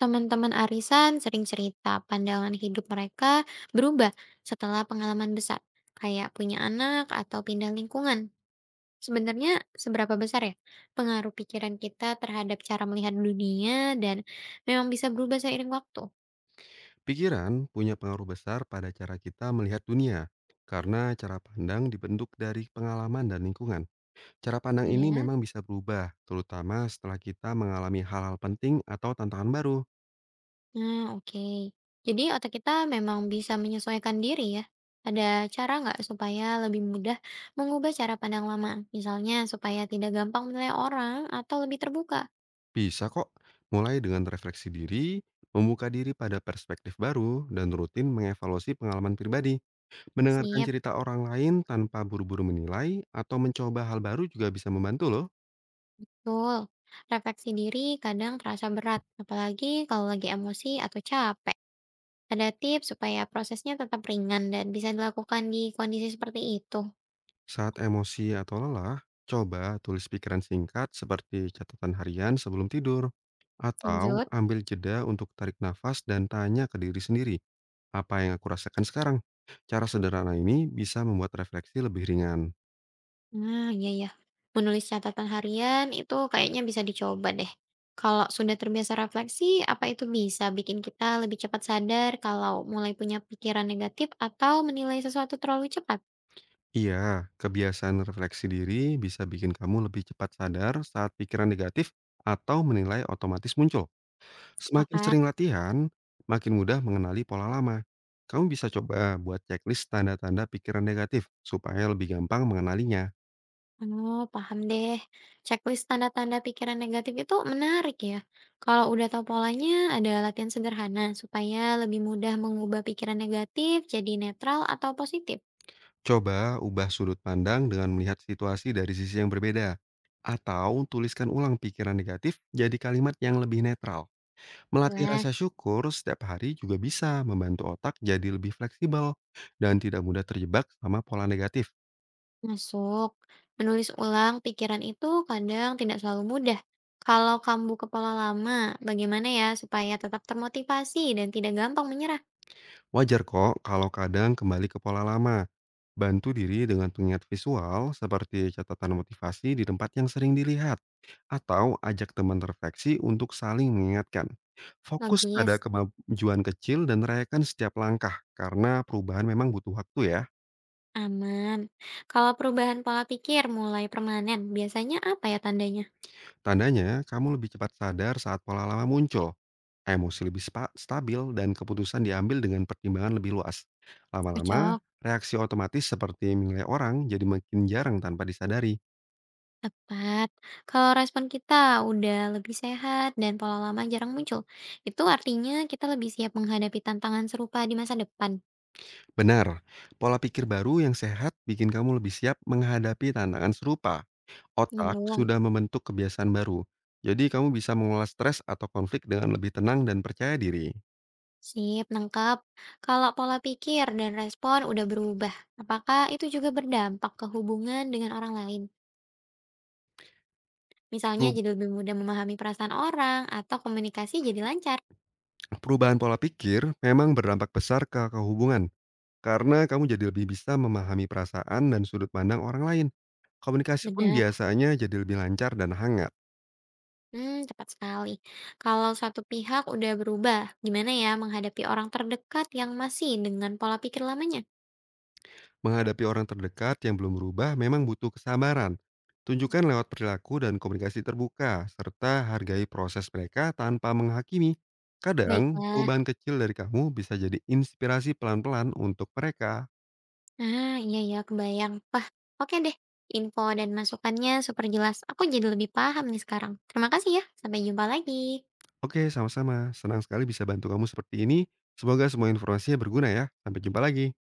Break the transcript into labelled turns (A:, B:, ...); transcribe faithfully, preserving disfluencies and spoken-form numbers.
A: Teman-teman arisan sering cerita pandangan hidup mereka berubah setelah pengalaman besar, kayak punya anak atau pindah lingkungan. Sebenarnya seberapa besar ya pengaruh pikiran kita terhadap cara melihat dunia dan memang bisa berubah seiring waktu?
B: Pikiran punya pengaruh besar pada cara kita melihat dunia, karena cara pandang dibentuk dari pengalaman dan lingkungan. Cara pandang ini
A: Ya,
B: memang bisa berubah, terutama setelah kita mengalami hal-hal penting atau tantangan baru.
A: nah, oke. Jadi otak kita memang bisa menyesuaikan diri ya. Ada cara nggak supaya lebih mudah mengubah cara pandang lama? Misalnya supaya tidak gampang menilai orang atau lebih terbuka.
B: Bisa kok, mulai dengan refleksi diri, membuka diri pada perspektif baru, dan rutin mengevaluasi pengalaman pribadi. Mendengarkan
A: Siap.
B: cerita orang lain tanpa buru-buru menilai atau mencoba hal baru juga bisa membantu loh.
A: Betul, refleksi diri kadang terasa berat, apalagi kalau lagi emosi atau capek. Ada tips supaya prosesnya tetap ringan dan bisa dilakukan di kondisi seperti itu.
B: Saat emosi atau lelah, coba tulis pikiran singkat seperti catatan harian sebelum tidur, atau
A: Lanjut.
B: ambil jeda untuk tarik nafas dan tanya ke diri sendiri, apa yang aku rasakan sekarang? Cara sederhana ini bisa membuat refleksi lebih ringan.
A: Nah, iya ya. Menulis catatan harian itu kayaknya bisa dicoba deh. Kalau sudah terbiasa refleksi, apa itu bisa bikin kita lebih cepat sadar kalau mulai punya pikiran negatif atau menilai sesuatu terlalu cepat?
B: Iya, kebiasaan refleksi diri bisa bikin kamu lebih cepat sadar saat pikiran negatif atau menilai otomatis muncul. Semakin
A: Sepakat.
B: sering latihan, makin mudah mengenali pola lama. Kamu bisa coba buat checklist tanda-tanda pikiran negatif supaya lebih gampang mengenalinya.
A: Oh, paham deh. Checklist tanda-tanda pikiran negatif itu menarik ya. Kalau udah tahu polanya, ada latihan sederhana supaya lebih mudah mengubah pikiran negatif jadi netral atau positif.
B: Coba ubah sudut pandang dengan melihat situasi dari sisi yang berbeda. Atau tuliskan ulang pikiran negatif jadi kalimat yang lebih netral. Melatih rasa
A: Jelas.
B: syukur setiap hari juga bisa membantu otak jadi lebih fleksibel dan tidak mudah terjebak sama pola negatif.
A: Masuk. Menulis ulang pikiran itu kadang tidak selalu mudah. Kalau kamu kepala lama, bagaimana ya supaya tetap termotivasi dan tidak gampang menyerah?
B: Wajar kok kalau kadang kembali ke pola lama. Bantu diri dengan pengingat visual seperti catatan motivasi di tempat yang sering dilihat atau ajak teman refleksi untuk saling mengingatkan. Fokus
A: Logis,
B: pada kemajuan kecil dan rayakan setiap langkah karena perubahan memang butuh waktu ya.
A: aman. Kalau perubahan pola pikir mulai permanen, biasanya apa ya tandanya?
B: Tandanya kamu lebih cepat sadar saat pola lama muncul, emosi lebih spa- stabil dan keputusan diambil dengan pertimbangan lebih luas. Lama-lama
A: Cocok.
B: reaksi otomatis seperti menilai orang jadi makin jarang tanpa disadari.
A: Tepat. Kalau respon kita udah lebih sehat dan pola lama jarang muncul, itu artinya kita lebih siap menghadapi tantangan serupa di masa depan.
B: Benar, pola pikir baru yang sehat bikin kamu lebih siap menghadapi tantangan serupa. Otak
A: Nyambung.
B: sudah membentuk kebiasaan baru, jadi kamu bisa mengelola stres atau konflik dengan lebih tenang dan percaya diri.
A: Sip, nangkap. Kalau pola pikir dan respon udah berubah, apakah itu juga berdampak ke hubungan dengan orang lain? Misalnya
B: Peru-
A: jadi lebih mudah memahami perasaan orang atau komunikasi jadi lancar.
B: Perubahan pola pikir memang berdampak besar ke kehubungan, karena kamu jadi lebih bisa memahami perasaan dan sudut pandang orang lain. Komunikasi pun
A: Benar.
B: biasanya jadi lebih lancar dan hangat.
A: Hmm, tepat sekali. Kalau satu pihak udah berubah, gimana ya menghadapi orang terdekat yang masih dengan pola pikir lamanya?
B: Menghadapi orang terdekat yang belum berubah memang butuh kesabaran. Tunjukkan lewat perilaku dan komunikasi terbuka, serta hargai proses mereka tanpa menghakimi. Kadang,
A: Baiklah.
B: perubahan kecil dari kamu bisa jadi inspirasi pelan-pelan untuk mereka.
A: Ah, iya ya, kebayang. Wah, oke deh. Info dan masukannya super jelas. Aku jadi lebih paham nih sekarang. Terima kasih ya. Sampai jumpa lagi.
B: Oke, sama-sama. Senang sekali bisa bantu kamu seperti ini. Semoga semua informasinya berguna ya. Sampai jumpa lagi.